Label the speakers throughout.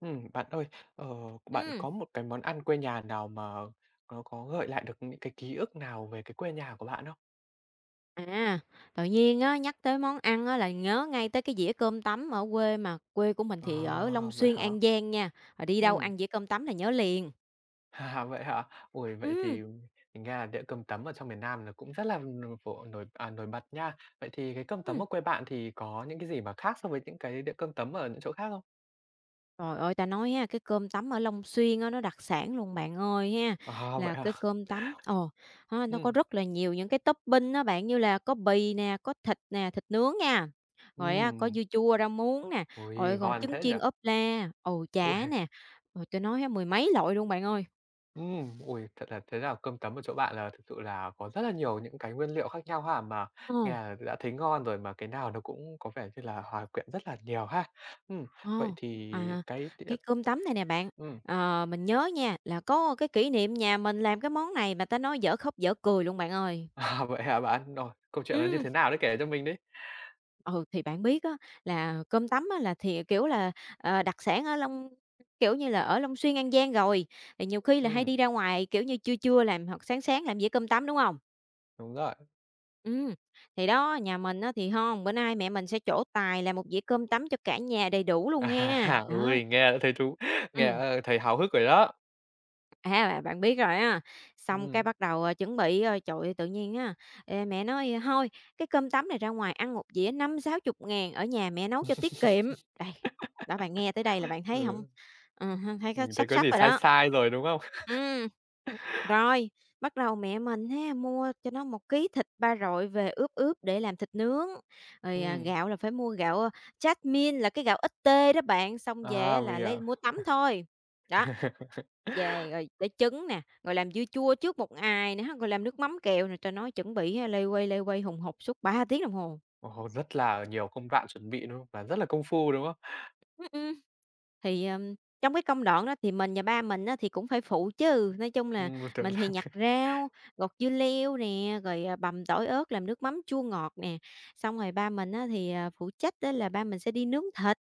Speaker 1: Bạn ơi, ờ, bạn
Speaker 2: Ừ,
Speaker 1: có một cái món ăn quê nhà nào mà nó có gợi lại được những cái ký ức nào về cái quê nhà của bạn không?
Speaker 2: à, tự nhiên á, nhắc tới món ăn á, là nhớ ngay tới cái dĩa cơm tấm ở quê mà quê của mình thì ở Long
Speaker 1: À, vậy
Speaker 2: Xuyên,
Speaker 1: hả?
Speaker 2: An Giang nha, rồi đi đâu
Speaker 1: Ừm,
Speaker 2: ăn dĩa cơm tấm là nhớ liền.
Speaker 1: à, vậy hả? Vậy
Speaker 2: Ừ,
Speaker 1: thì mình nghe là đĩa cơm tấm ở trong miền Nam là cũng rất là nổi, à, nổi bật nha. Vậy thì cái cơm
Speaker 2: ừm,
Speaker 1: tấm ở quê bạn thì có những cái gì mà khác so với những cái đĩa cơm tấm ở những chỗ khác không?
Speaker 2: trời ơi, ta nói ha, cái cơm tấm ở Long Xuyên á, nó đặc sản luôn bạn ơi ha,
Speaker 1: À, vậy
Speaker 2: là cái
Speaker 1: hả?
Speaker 2: cơm tấm ha, nó có
Speaker 1: Ừm,
Speaker 2: rất là nhiều những cái topping đó bạn, như là có bì nè, có thịt nè, thịt nướng nha, rồi á, có
Speaker 1: ừm,
Speaker 2: dưa chua, rau muống nè,
Speaker 1: ui
Speaker 2: rồi còn
Speaker 1: ngon
Speaker 2: trứng
Speaker 1: thế nhỉ?
Speaker 2: chiên ốp la,
Speaker 1: Ui.
Speaker 2: chả nè, rồi tôi nói á, mười mấy loại luôn bạn ơi.
Speaker 1: Ôi, thật là thế nào cơm tấm của chỗ bạn là thực sự là có rất là nhiều những cái nguyên liệu khác nhau ha, mà nghe
Speaker 2: Ờ.
Speaker 1: là đã thấy ngon rồi mà cái nào nó cũng có vẻ như là hòa quyện rất là nhiều ha. Ừm, vậy
Speaker 2: Ồ,
Speaker 1: thì
Speaker 2: à,
Speaker 1: cái đĩa.
Speaker 2: cái cơm tấm này nè bạn,
Speaker 1: ừm,
Speaker 2: mình nhớ nha, là có cái kỷ niệm nhà mình làm cái món này mà ta nói dở khóc dở cười luôn bạn ơi.
Speaker 1: à, vậy hả bạn? Rồi, câu chuyện nó như
Speaker 2: Ừm.
Speaker 1: thế nào đấy, kể cho mình đi?
Speaker 2: Ừ, thì bạn biết á, là cơm tấm á là thì, kiểu là, đặc sản ở kiểu như là, ở Long Xuyên, An Giang rồi, thì nhiều khi là hay
Speaker 1: Ừm,
Speaker 2: đi ra ngoài, kiểu như, trưa trưa làm hoặc sáng sáng làm dĩa cơm tấm, đúng không?
Speaker 1: đúng rồi.
Speaker 2: Ừ, thì đó, nhà mình á thì hông, bữa nay mẹ mình sẽ trổ tài làm một dĩa cơm tấm cho cả nhà đầy đủ luôn nghe,
Speaker 1: À,
Speaker 2: đó,
Speaker 1: ôi, nghe
Speaker 2: ừ.
Speaker 1: đã thấy háo hức rồi đó.
Speaker 2: À, bạn bạn biết rồi á, xong cái
Speaker 1: Ừm,
Speaker 2: bắt đầu, chuẩn bị, trời ơi, tự nhiên á, ê, mẹ nói: "Ờ, thôi, cái cơm tấm này ra ngoài ăn một dĩa năm sáu chục ngàn ở nhà mẹ nấu cho tiết kiệm." Đây, đó, bạn nghe tới đây là bạn thấy không,
Speaker 1: ừ,
Speaker 2: hưm, thấy có sắp
Speaker 1: thấy có
Speaker 2: sắp
Speaker 1: gì
Speaker 2: rồi
Speaker 1: sai
Speaker 2: đó.
Speaker 1: sai rồi, đúng không?
Speaker 2: Ừm. Rồi, bắt đầu mẹ mình ha, mua cho nó 1 kg thịt ba rọi về ướp ướp để làm thịt nướng, rồi,
Speaker 1: Ừm,
Speaker 2: gạo là phải mua gạo, jasmine là cái gạo ít tê đó bạn, xong về á
Speaker 1: à,
Speaker 2: là
Speaker 1: mình
Speaker 2: lấy
Speaker 1: hiểu.
Speaker 2: mua tấm thôi. Đó, về rồi để trứng nè, rồi làm dưa chua trước một ngày nữa rồi làm nước mắm kẹo nè, trời, nói chuẩn bị ha, loay hoay hùng hục suốt 3 tiếng đồng hồ.
Speaker 1: Ồ, rất là nhiều công đoạn chuẩn bị, đúng không? Và rất là công phu, đúng không?
Speaker 2: Ừm, ừm. Thì, trong cái công đoạn đó thì mình và ba mình á thì cũng phải phụ chứ, nói chung là
Speaker 1: Tưởng
Speaker 2: mình thì
Speaker 1: là
Speaker 2: nhặt rau, gọt dưa leo nè, rồi, bằm tỏi ớt làm nước mắm chua ngọt nè, xong rồi ba mình á thì, phụ trách đó là ba mình sẽ đi nướng thịt.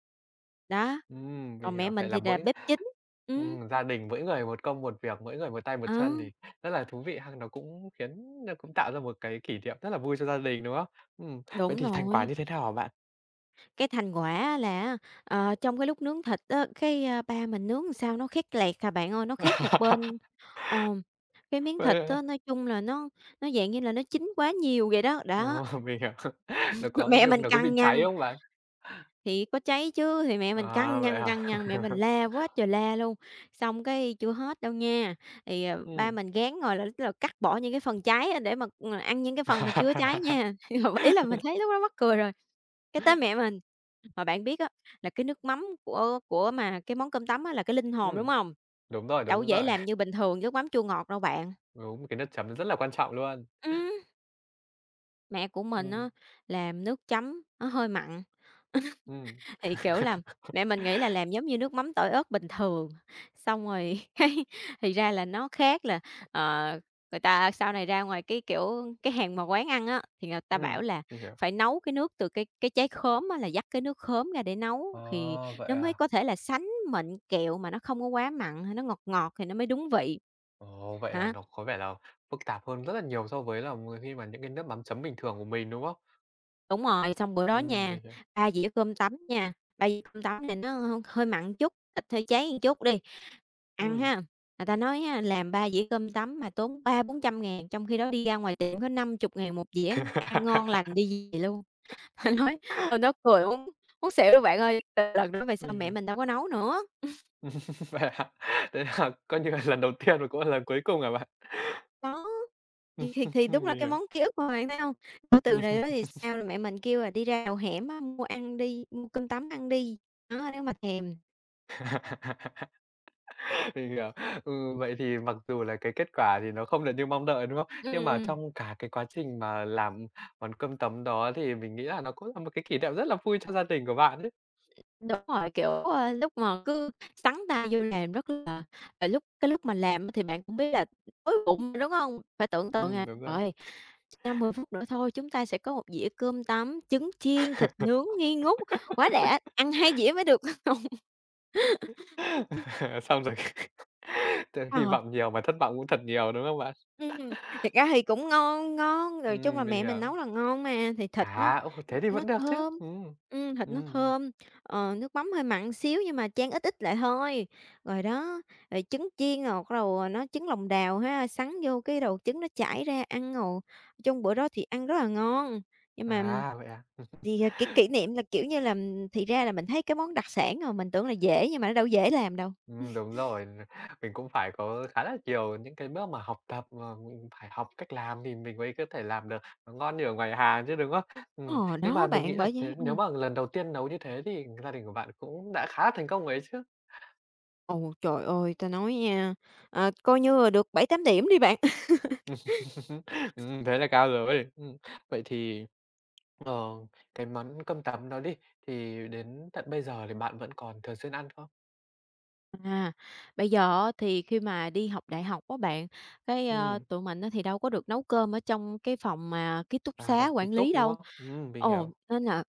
Speaker 2: Đó,
Speaker 1: mình
Speaker 2: còn mẹ
Speaker 1: hiểu,
Speaker 2: mình
Speaker 1: vậy là
Speaker 2: thì là
Speaker 1: mỗi
Speaker 2: bếp chính. Ừm,
Speaker 1: gia đình mỗi người một công một việc, mỗi người một tay một
Speaker 2: ờ,
Speaker 1: chân thì rất là thú vị ha. Nó cũng khiến nó cũng tạo ra một cái kỷ niệm rất là vui cho gia đình, đúng không? Vậy
Speaker 2: đúng
Speaker 1: thì thành quả
Speaker 2: rồi.
Speaker 1: như thế nào hả bạn?
Speaker 2: Cái thành quả á là trong cái lúc nướng thịt á, cái, ba mình nướng làm sao nó khét lẹt à bạn ơi, nó khét một bên. Ờ, cái miếng thịt
Speaker 1: Vậy à?
Speaker 2: á, nói chung là nó dạng như là nó chín quá nhiều vậy đó, đó.
Speaker 1: Ờ, mình hiểu. Nó có
Speaker 2: Mẹ
Speaker 1: nhưng
Speaker 2: mình
Speaker 1: nó có bị
Speaker 2: căng
Speaker 1: cháy
Speaker 2: nhăn,
Speaker 1: không bạn?
Speaker 2: thì có cháy chứ, thì mẹ mình
Speaker 1: À, vậy hả?
Speaker 2: căng nhăn, mẹ mình la quá trời la luôn. Xong cái chưa hết đâu nha, thì, ba
Speaker 1: Ừm.
Speaker 2: mình gán rồi là tức là cắt bỏ những cái phần cháy á để mà, ăn những cái phần mà chưa cháy nha. Ý là mình thấy lúc đó mắc cười rồi. Cái tới mẹ mình, mà bạn biết á, là cái nước mắm của mà cái món cơm tấm á là cái linh hồn, đúng
Speaker 1: Ừm,
Speaker 2: không?
Speaker 1: đúng rồi,
Speaker 2: Đâu có
Speaker 1: đúng
Speaker 2: dễ
Speaker 1: rồi.
Speaker 2: làm như bình thường nước mắm chua ngọt đâu bạn.
Speaker 1: Đúng, cái nước chấm nó rất là quan trọng luôn.
Speaker 2: Ừm, mẹ của mình
Speaker 1: Ừm,
Speaker 2: á làm nước chấm nó hơi mặn.
Speaker 1: ừm,
Speaker 2: Thì, kiểu là, mẹ mình nghĩ là làm giống như nước mắm tỏi ớt bình thường, xong rồi cái thì ra là nó khác là, ờ, người ta sau này ra ngoài cái, kiểu, cái hàng mà quán ăn á, thì người ta bảo
Speaker 1: ừm,
Speaker 2: là
Speaker 1: mình hiểu.
Speaker 2: phải nấu cái nước từ cái trái khóm á, là vắt cái nước khóm ra để nấu thì
Speaker 1: Ờ, vậy
Speaker 2: nó mới
Speaker 1: à?
Speaker 2: có thể là sánh mịn kẹo mà nó không có quá mặn hay nó ngọt ngọt thì nó mới đúng vị.
Speaker 1: Ồ, vậy là
Speaker 2: Hả?
Speaker 1: nó có vẻ là phức tạp hơn rất là nhiều so với là mười khi mà những cái nước mắm chấm bình thường của mình, đúng không?
Speaker 2: Đúng rồi, xong bữa đó nha,
Speaker 1: Mình hiểu,
Speaker 2: 3 dĩa cơm tấm nha, 3 dĩa cơm tấm này nó hơi hơi mặn chút, ít hơi cháy một chút đi. Ăn
Speaker 1: ừm.
Speaker 2: ha, người ta nói á làm 3 dĩa cơm tấm mà tốn ba bốn trăm ngàn trong khi đó đi ra ngoài tiệm có năm chục ngàn một dĩa, ăn ngon lành đi về luôn. Ta nói hôm đó cười muốn muốn xỉu luôn bạn ơi, từ lần đó về sau
Speaker 1: Mình
Speaker 2: mẹ
Speaker 1: hiểu.
Speaker 2: mình đâu có nấu nữa.
Speaker 1: Vậy à? Thế là coi như là lần đầu tiên và cũng là lần cuối cùng hả bạn?
Speaker 2: Đó, thì thì đúng
Speaker 1: Mình
Speaker 2: là cái
Speaker 1: hiểu.
Speaker 2: món ký ức mà bạn thấy không. Từ từ này đó thì sao là mẹ mình kêu là đi ra đầu hẻm á, mua ăn đi, mua cơm tấm ăn đi, đó, nếu mà thèm.
Speaker 1: Mình hiểu. Ừ, vậy thì mặc dù là cái kết quả thì nó không được như mong đợi, đúng không?
Speaker 2: Ừm,
Speaker 1: Nhưng mà
Speaker 2: ừm.
Speaker 1: trong cả cái quá trình mà làm món cơm tấm đó thì mình nghĩ là nó cũng là một cái kỷ niệm rất là vui cho gia đình của bạn đấy.
Speaker 2: Đúng rồi, kiểu, lúc mà cứ sắn tay vô làm rất là lúc lúc mà làm á thì bạn cũng biết là đói bụng, đúng hông? Phải tưởng tượng à,
Speaker 1: Đúng
Speaker 2: trời
Speaker 1: rồi.
Speaker 2: ơi, 5-10 phút nữa thôi chúng ta sẽ có một dĩa cơm tấm, trứng chiên, thịt nướng nghi ngút, quá đã, ăn 2 dĩa mới được.
Speaker 1: Xong rồi từ khi
Speaker 2: Ờ.
Speaker 1: vọng nhiều mà thất vọng cũng thật nhiều, đúng không bạn?
Speaker 2: Ừm, thiệt ra thì cũng ngon ngon, rồi chung là
Speaker 1: Mình
Speaker 2: mẹ mình nấu
Speaker 1: hiểu.
Speaker 2: là ngon mà, thì thịt nó
Speaker 1: À, ô, thế thì
Speaker 2: nó
Speaker 1: vẫn được chứ.
Speaker 2: thơm,
Speaker 1: Ừm.
Speaker 2: thịt nó
Speaker 1: Ừm.
Speaker 2: thơm, nước mắm hơi mặn xíu nhưng mà chan ít ít lại thôi. Rồi đó, rồi trứng chiên rồi bắt đầu, nó trứng lòng đào ha, sắn vô cái đầu trứng nó chảy ra ăn rồi chung bữa đó thì ăn rất là ngon. Nhưng mà
Speaker 1: À, vậy à?
Speaker 2: thì, kỷ kỷ niệm là, kiểu như là, thì ra là mình thấy cái món đặc sản rồi mình tưởng là dễ nhưng mà nó đâu dễ làm đâu.
Speaker 1: Đúng rồi, mình cũng phải có khá là nhiều những cái bước mà học tập mà mình phải học cách làm thì mình mới có thể làm được nó ngon như ở ngoài hàng chứ, đúng không?
Speaker 2: Ờ,
Speaker 1: Nhưng
Speaker 2: đó
Speaker 1: mà mình nghĩ
Speaker 2: bạn,
Speaker 1: là
Speaker 2: bởi vậy
Speaker 1: thế nếu
Speaker 2: ừm.
Speaker 1: mà lần đầu tiên nấu như thế thì gia đình của bạn cũng đã khá là thành công ấy chứ?
Speaker 2: Ồ, trời ơi, ta nói nha, coi như là được 7 8 điểm đi bạn.
Speaker 1: Thế là cao rồi. Vậy thì, ờ, cái món cơm tấm đó đi, thì đến tận bây giờ thì bạn vẫn còn thường xuyên ăn không?
Speaker 2: À, bây giờ á thì khi mà đi học đại học á bạn, cái,
Speaker 1: Ừm,
Speaker 2: tụi mình á thì đâu có được nấu cơm ở trong cái phòng mà ký túc
Speaker 1: à,
Speaker 2: xá
Speaker 1: hoặc ký
Speaker 2: quản lý
Speaker 1: túc, đúng
Speaker 2: đâu.
Speaker 1: không? Mình
Speaker 2: Ồ,
Speaker 1: hiểu.
Speaker 2: nên là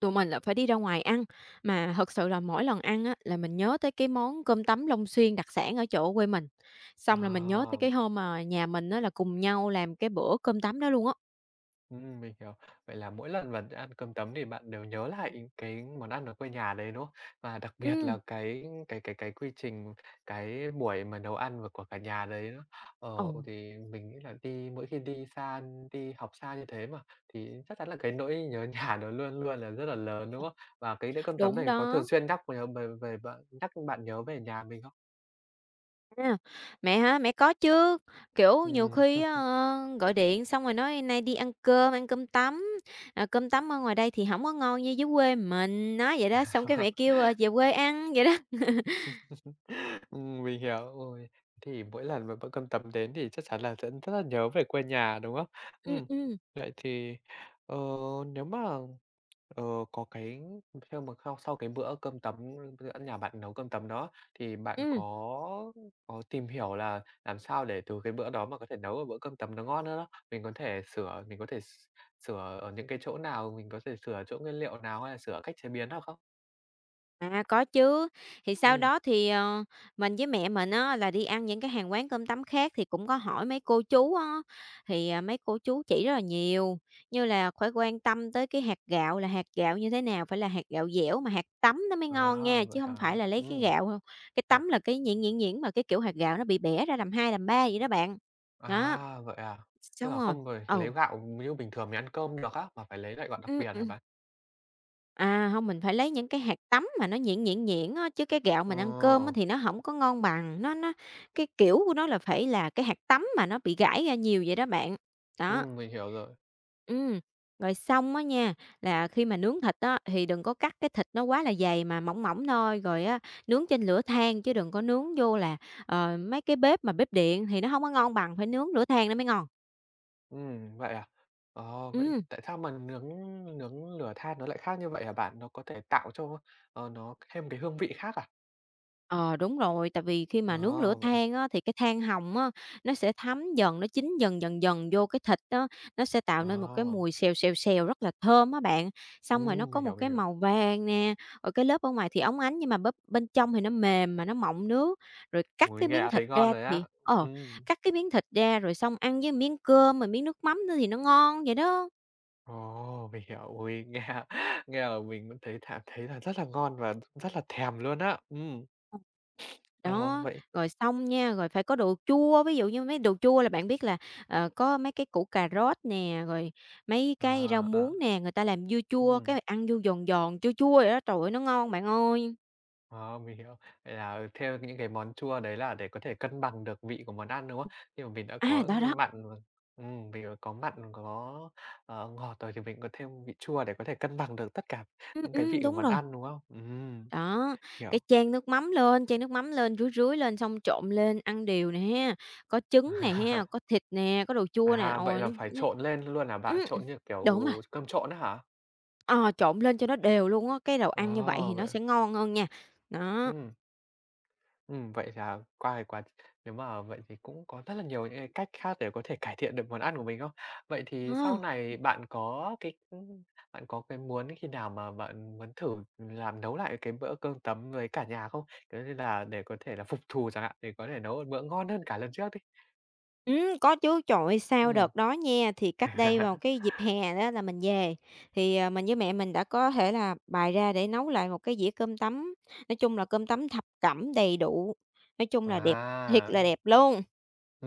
Speaker 2: tụi mình là phải đi ra ngoài ăn, mà thật sự là mỗi lần ăn á là mình nhớ tới cái món cơm tấm Long Xuyên đặc sản ở chỗ quê mình. Xong là mình nhớ tới
Speaker 1: À.
Speaker 2: cái hôm mà nhà mình á là cùng nhau làm cái bữa cơm tấm đó luôn á.
Speaker 1: Mình hiểu. Vậy là mỗi lần mà ăn cơm tấm thì bạn đều nhớ lại cái món ăn ở quê nhà đấy, đúng không? Và đặc biệt
Speaker 2: Ừ.
Speaker 1: là cái quy trình, cái buổi mà nấu ăn và của cả nhà đấy đó.
Speaker 2: Ồ.
Speaker 1: Ờ, thì mình nghĩ là mỗi khi đi xa đi học xa như thế mà, thì chắc chắn là cái nỗi nhớ nhà nó luôn luôn là rất là lớn, đúng không? Và cái đĩa cơm tấm
Speaker 2: Đúng
Speaker 1: này có thường
Speaker 2: đó.
Speaker 1: xuyên nhắc nhớ về về bạn nhắc bạn nhớ về nhà mình không?
Speaker 2: À, mẹ hả? Mẹ có chứ, kiểu, nhiều
Speaker 1: Ừm.
Speaker 2: khi á, gọi điện xong rồi nói nay đi ăn cơm tấm, cơm tấm ở ngoài đây thì không có ngon như dưới quê mình, nói vậy đó, xong cái mẹ kêu, về quê ăn vậy đó.
Speaker 1: Mình hiểu, ôi, thì mỗi lần mà bữa cơm tấm đến thì chắc chắn là sẽ rất là nhớ về quê nhà, đúng không?
Speaker 2: Ừm,
Speaker 1: Ừm,
Speaker 2: ừm,
Speaker 1: vậy thì, ờ, nếu mà, ờ, có cái khi mà khao sau cái bữa cơm tấm bữa nhà bạn nấu cơm tấm đó, thì bạn
Speaker 2: ừm.
Speaker 1: có tìm hiểu là làm sao để từ cái bữa đó mà có thể nấu được bữa cơm tấm nó ngon hơn đó. Mình có thể sửa mình có thể sửa ở những cái chỗ nào, mình có thể sửa chỗ nguyên liệu nào hay là sửa cách chế biến nào không?
Speaker 2: À, có chứ. Thì sau
Speaker 1: Ừ.
Speaker 2: đó thì, mình với mẹ mình á là đi ăn những cái hàng quán cơm tấm khác thì cũng có hỏi mấy cô chú á, thì, mấy cô chú chỉ rất là nhiều, như là phải quan tâm tới cái hạt gạo là hạt gạo như thế nào, phải là hạt gạo dẻo mà hạt tấm nó mới ngon
Speaker 1: À,
Speaker 2: nha,
Speaker 1: vậy
Speaker 2: chứ không
Speaker 1: hả?
Speaker 2: phải là lấy cái
Speaker 1: Ừm.
Speaker 2: gạo hông cái tấm là cái nhuyễn, nhuyễn, nhuyễn mà cái kiểu hạt gạo nó bị bẻ ra làm 2 làm 3 vậy đó bạn. Đó,
Speaker 1: À, vậy à? Tức
Speaker 2: xong
Speaker 1: là
Speaker 2: rồi
Speaker 1: không phải
Speaker 2: ừ,
Speaker 1: lấy gạo như bình thường mình ăn cơm được á, mà phải lấy loại gạo đặc biệt hả
Speaker 2: ừm.
Speaker 1: bạn?
Speaker 2: À, không mình phải lấy những cái hạt tấm mà nó nhuyễn, nhuyễn, nhuyễn á, chứ cái gạo
Speaker 1: Ờ,
Speaker 2: mình ăn cơm á thì nó không có ngon bằng, nó cái kiểu của nó là phải là cái hạt tấm mà nó bị gãi ra nhiều vậy đó bạn. Đó.
Speaker 1: mình hiểu rồi.
Speaker 2: Ừm, rồi xong á nha, là khi mà nướng thịt á thì đừng có cắt cái thịt nó quá là dày mà mỏng mỏng thôi, rồi á nướng trên lửa than chứ đừng có nướng vô là, mấy cái bếp mà bếp điện thì nó không có ngon bằng, phải nướng lửa than nó mới ngon.
Speaker 1: Vậy à? Ờ, vậy
Speaker 2: Ừm.
Speaker 1: tại sao mà nướng nướng lửa than nó lại khác như vậy hả bạn? Nó có thể tạo cho, ờ, nó thêm cái hương vị khác à?
Speaker 2: Ờ, đúng rồi, tại vì khi mà nướng lửa
Speaker 1: Ờ, vậy à?
Speaker 2: than á, thì cái than hồng á, nó sẽ thấm dần, nó chín dần dần dần vô cái thịt á, nó sẽ tạo nên một cái
Speaker 1: Ờ,
Speaker 2: mùi xèo xèo xèo rất là thơm á bạn. Xong rồi nó có
Speaker 1: mình
Speaker 2: một
Speaker 1: hiểu, mình
Speaker 2: cái
Speaker 1: hiểu.
Speaker 2: màu vàng nè, rồi cái lớp ở ngoài thì óng ánh nhưng mà bắp bên trong thì nó mềm mà nó mọng nước. Rồi cắt
Speaker 1: Ôi,
Speaker 2: cái
Speaker 1: nghe
Speaker 2: miếng
Speaker 1: đã
Speaker 2: thịt
Speaker 1: thấy ngon
Speaker 2: ra
Speaker 1: rồi á.
Speaker 2: thì
Speaker 1: Ừm.
Speaker 2: cắt cái miếng thịt ra rồi xong ăn với miếng cơm, rồi miếng nước mắm nữa thì nó ngon vậy đó.
Speaker 1: Ồ, mình hiểu. Ôi, nghe nghe là mình cũng thấy thấy là rất là ngon và rất là thèm luôn á.
Speaker 2: Ờ.
Speaker 1: Ờ,
Speaker 2: Đó,
Speaker 1: vậy
Speaker 2: rồi xong nha, rồi phải có đồ chua, ví dụ như mấy đồ chua là bạn biết là, có mấy cái củ cà rốt nè, rồi mấy cái rau
Speaker 1: à,
Speaker 2: muống
Speaker 1: à.
Speaker 2: nè, người ta làm dưa chua,
Speaker 1: Ừm,
Speaker 2: cái ăn vô giòn giòn, chua chua vậy đó, trời ơi, nó ngon bạn ơi.
Speaker 1: ờ, mình hiểu. Vậy là theo những cái món chua đấy là để có thể cân bằng được vị của món ăn, đúng không? Nhưng mà mình đã
Speaker 2: À,
Speaker 1: có
Speaker 2: đó, đó,
Speaker 1: mặn rồi. Vì có mặn, có, ngọt rồi thì mình có thêm vị chua để có thể cân bằng được tất cả những cái vị của
Speaker 2: đúng
Speaker 1: món
Speaker 2: rồi,
Speaker 1: ăn, đúng không?
Speaker 2: đó, cái
Speaker 1: Hiểu.
Speaker 2: chan nước mắm lên, chan nước mắm lên, rưới rưới lên xong trộn lên ăn đều nè ha, có trứng nè ha, có thịt nè, có đồ chua nè,
Speaker 1: À, vậy
Speaker 2: ôi
Speaker 1: là
Speaker 2: nó
Speaker 1: phải
Speaker 2: nó
Speaker 1: trộn lên luôn hả
Speaker 2: ừm,
Speaker 1: bạn? Trộn như kiểu
Speaker 2: đúng rồi.
Speaker 1: cơm trộn á hả?
Speaker 2: Ờ, trộn lên cho nó đều luôn á, cái đồ ăn như vậy
Speaker 1: Ờ,
Speaker 2: thì
Speaker 1: vậy
Speaker 2: nó
Speaker 1: à?
Speaker 2: sẽ ngon hơn nha. Đó,
Speaker 1: Ừm. Vậy thì, à, qua cái quá nếu mà vậy thì cũng có rất là nhiều những cái cách khác để có thể cải thiện được món ăn của mình không? Vậy
Speaker 2: ờ,
Speaker 1: thì sau này bạn có cái muốn khi nào mà bạn muốn thử làm nấu lại cái bữa cơm tấm với cả nhà không? Kiểu như là, để có thể là phục thù chẳng hạn, để có thể nấu một bữa ngon hơn cả lần trước đi.
Speaker 2: có chứ, trời ơi, sau
Speaker 1: Ừm.
Speaker 2: đợt đó nha, thì cách đây vào cái dịp hè đó là mình về, thì, mình với mẹ mình đã có thể là bày ra để nấu lại một cái dĩa cơm tấm, nói chung là cơm tấm thập cẩm đầy đủ, nói chung là đẹp thiệt
Speaker 1: À,
Speaker 2: là đẹp luôn.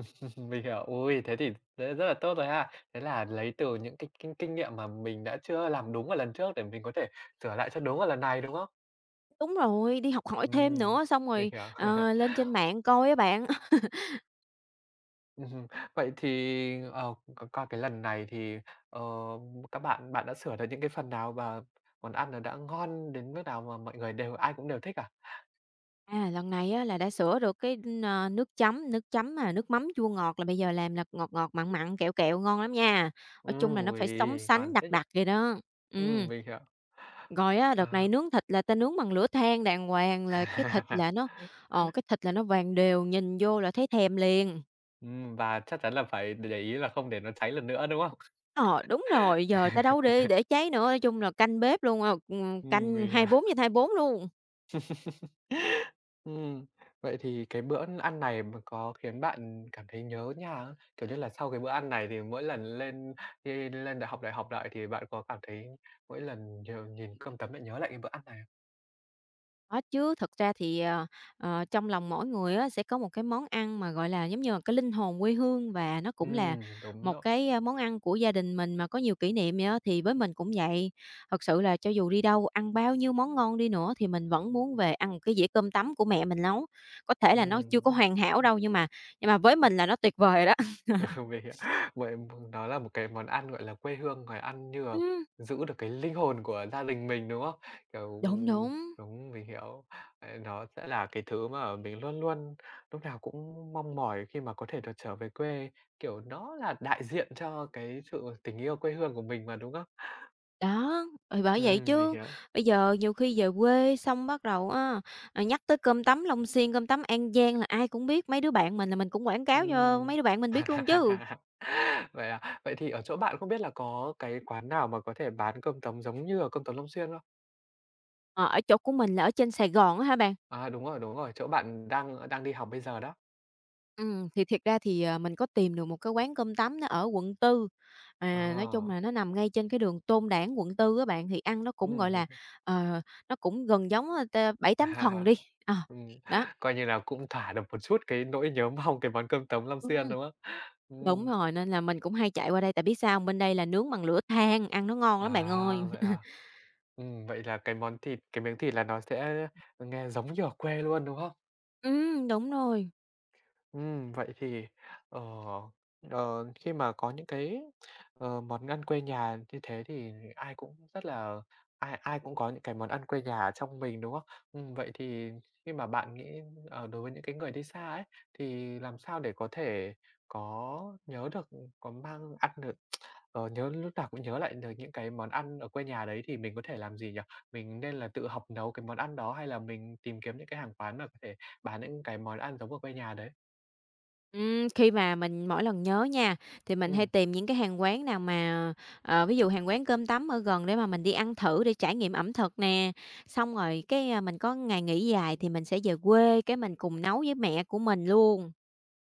Speaker 1: mình hiểu. Ôi, thế thì thế rất là tốt rồi ha. Thế là lấy từ những cái kinh kinh nghiệm mà mình đã chưa làm đúng ở lần trước để mình có thể sửa lại cho đúng ở lần này, đúng không?
Speaker 2: Đúng rồi, đi học hỏi thêm
Speaker 1: Ừm,
Speaker 2: nữa, xong
Speaker 1: mình
Speaker 2: rồi,
Speaker 1: hiểu.
Speaker 2: lên trên mạng coi á bạn.
Speaker 1: Ừm, vậy thì, ờ, c qua cái lần này thì, ờ, các bạn bạn đã sửa được những cái phần nào và món ăn nó đã ngon đến mức nào mà mọi người đều ai cũng đều thích à?
Speaker 2: À, lần này á là đã sửa được cái, nước chấm mà nước mắm chua ngọt là bây giờ làm là ngọt ngọt, mặn mặn, kẹo kẹo, ngon lắm nha. Nói chung là nó
Speaker 1: Ôi,
Speaker 2: phải sống
Speaker 1: ngon
Speaker 2: sánh, đặc
Speaker 1: thế nhỉ?
Speaker 2: đặc vậy đó. Ừm.
Speaker 1: Mình hiểu.
Speaker 2: Rồi á, đợt này
Speaker 1: Ờ.
Speaker 2: nướng thịt là ta nướng bằng lửa than đàng hoàng là cái thịt là nó vàng đều, nhìn vô là thấy thèm liền.
Speaker 1: Và chắc chắn là phải để ý là không để nó cháy lần nữa, đúng không?
Speaker 2: Ờ, đúng rồi, giờ ta đâu đi để cháy nữa, nói chung là canh bếp luôn, canh
Speaker 1: Mình hiểu.
Speaker 2: 24 bốn trên 24 luôn.
Speaker 1: Ừm, vậy thì cái bữa ăn này mà có khiến bạn cảm thấy nhớ nhà không? Kiểu như là, sau cái bữa ăn này thì mỗi lần đi lên đại học lại thì bạn có cảm thấy mỗi lần nhìn cơm tấm lại nhớ lại cái bữa ăn này không?
Speaker 2: Có chứ, thật ra thì, trong lòng mỗi người á sẽ có một cái món ăn mà, gọi là, giống như là cái linh hồn quê hương và nó cũng là
Speaker 1: Đúng
Speaker 2: một
Speaker 1: đó,
Speaker 2: cái, món ăn của gia đình mình mà có nhiều kỷ niệm vậy á, thì với mình cũng vậy. Thật sự là cho dù đi đâu, ăn bao nhiêu món ngon đi nữa thì mình vẫn muốn về ăn một cái dĩa cơm tấm của mẹ mình nấu. Có thể là nó chưa
Speaker 1: ừm.
Speaker 2: có hoàn hảo đâu nhưng mà với mình là nó tuyệt vời rồi đó.
Speaker 1: Mình hiểu. Vậy nó là một cái món ăn, gọi là, quê hương, rồi ăn như là
Speaker 2: Ừm,
Speaker 1: giữ được cái linh hồn của gia đình mình, đúng không? Kiểu
Speaker 2: đúng, đúng.
Speaker 1: đúng, mình hiểu. Ờ, nó sẽ là cái thứ mà mình luôn luôn lúc nào cũng mong mỏi khi mà có thể được trở về quê, kiểu, nó là đại diện cho cái sự tình yêu quê hương của mình mà, đúng không?
Speaker 2: Đó, thì bởi vậy
Speaker 1: Mình
Speaker 2: chứ,
Speaker 1: hiểu.
Speaker 2: bây giờ nhiều khi về quê xong bắt đầu á, à, nhắc tới cơm tấm Long Xuyên, cơm tấm An Giang là ai cũng biết, mấy đứa bạn mình là mình cũng quảng cáo cho
Speaker 1: Ừm.
Speaker 2: mấy đứa bạn mình biết luôn chứ.
Speaker 1: Vậy à? Vậy thì ở chỗ bạn không biết là có cái quán nào mà có thể bán cơm tấm giống như ở cơm tấm Long Xuyên không?
Speaker 2: Ờ, ở chỗ của mình là ở trên Sài Gòn á hả bạn?
Speaker 1: À, đúng rồi, chỗ bạn đang đang đi học bây giờ đó.
Speaker 2: Thì thiệt ra thì, mình có tìm được một cái quán cơm tấm nó ở quận Tư
Speaker 1: Ờ,
Speaker 2: à, nói chung là nó nằm ngay trên cái đường Tôn Đản, quận Tư các bạn, thì ăn nó cũng, gọi là,
Speaker 1: mình
Speaker 2: ờ, nó cũng gần giống,
Speaker 1: à,
Speaker 2: 7-8 phần đi, ờ,
Speaker 1: ừm,
Speaker 2: đó.
Speaker 1: coi như là cũng thỏa được một chút cái nỗi nhớ mong cái món cơm tấm Long
Speaker 2: Ừm.
Speaker 1: Xuyên, đúng không?
Speaker 2: Đúng
Speaker 1: Ừm,
Speaker 2: rồi, nên là mình cũng hay chạy qua đây, tại biết sao hông? Bên đây là nướng bằng lửa than, ăn nó ngon lắm bạn ơi.
Speaker 1: à? Vậy là cái miếng thịt là nó sẽ nghe giống như ở quê luôn, đúng không?
Speaker 2: Đúng rồi.
Speaker 1: Vậy thì, ờ, khi mà có những cái, món ăn quê nhà như thế thì ai ai cũng có những cái món ăn quê nhà ở trong mình, đúng không? Vậy thì khi mà bạn nghĩ, đối với những cái người đi xa ấy, thì làm sao để có thể có nhớ được, có mang ăn được ờ, nhớ lúc nào cũng nhớ lại được những cái món ăn ở quê nhà đấy thì mình có thể làm gì nhỉ? Mình nên là tự học nấu cái món ăn đó hay là mình tìm kiếm những cái hàng quán mà có thể bán những cái món ăn giống ở quê nhà đấy?
Speaker 2: Khi mà mình mỗi lần nhớ nha, thì mình hay
Speaker 1: Ừm.
Speaker 2: tìm những cái hàng quán nào mà, ví dụ hàng quán cơm tấm ở gần để mà mình đi ăn thử để trải nghiệm ẩm thực nè. Xong rồi cái, mình có ngày nghỉ dài thì mình sẽ về quê, cái mình cùng nấu với mẹ của mình luôn.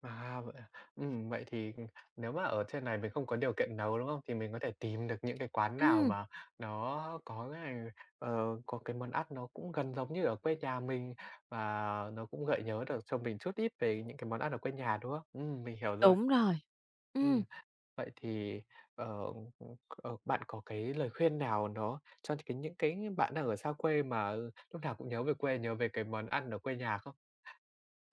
Speaker 1: À? Vậy thì, nếu mà ở trên này mình không có điều kiện nấu, đúng không? Thì mình có thể tìm được những cái quán nào
Speaker 2: Ừm,
Speaker 1: mà nó có cái, ờ, có cái món ăn nó cũng gần giống như ở quê nhà mình và nó cũng gợi nhớ được cho mình chút ít về những cái món ăn ở quê nhà, đúng không? Mình hiểu rồi.
Speaker 2: đúng rồi. Ừm.
Speaker 1: Ừm, vậy thì, ờ, bạn có cái lời khuyên nào nó cho cái những cái bạn đang ở xa quê mà lúc nào cũng nhớ về quê, nhớ về cái món ăn ở quê nhà không?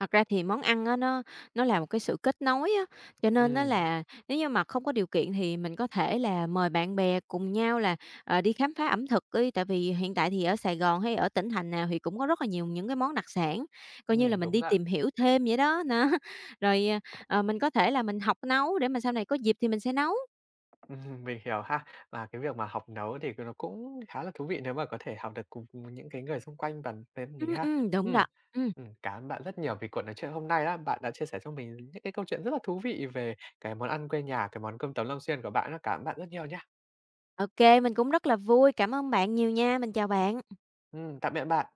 Speaker 2: Thật ra thì món ăn á, nó là một cái sự kết nối á, cho nên á
Speaker 1: Ừm,
Speaker 2: là nếu như mà không có điều kiện thì mình có thể là mời bạn bè cùng nhau là, đi khám phá ẩm thực đi. Tại vì hiện tại thì ở Sài Gòn hay ở tỉnh thành nào thì cũng có rất là nhiều những cái món đặc sản, coi như là mình
Speaker 1: đúng
Speaker 2: đi
Speaker 1: ra.
Speaker 2: tìm hiểu thêm vậy đó, nó. Rồi, mình có thể là mình học nấu để mà sau này có dịp thì mình sẽ nấu.
Speaker 1: Mình hiểu ha. Và cái việc mà học nấu thì nó cũng khá là thú vị nếu mà có thể học được cùng những cái người xung quanh bàn bên mình ha.
Speaker 2: Đúng
Speaker 1: Ừm,
Speaker 2: đó. Ừm,
Speaker 1: cảm ơn bạn rất nhiều vì cuộc nói chuyện hôm nay á. Bạn đã chia sẻ cho mình những cái câu chuyện rất là thú vị về cái món ăn quê nhà, cái món cơm tấm Long Xuyên của bạn á. Cảm ơn bạn rất nhiều nha.
Speaker 2: ô mình cũng rất là vui, cảm ơn bạn nhiều nha, mình chào bạn.
Speaker 1: Tạm biệt bạn.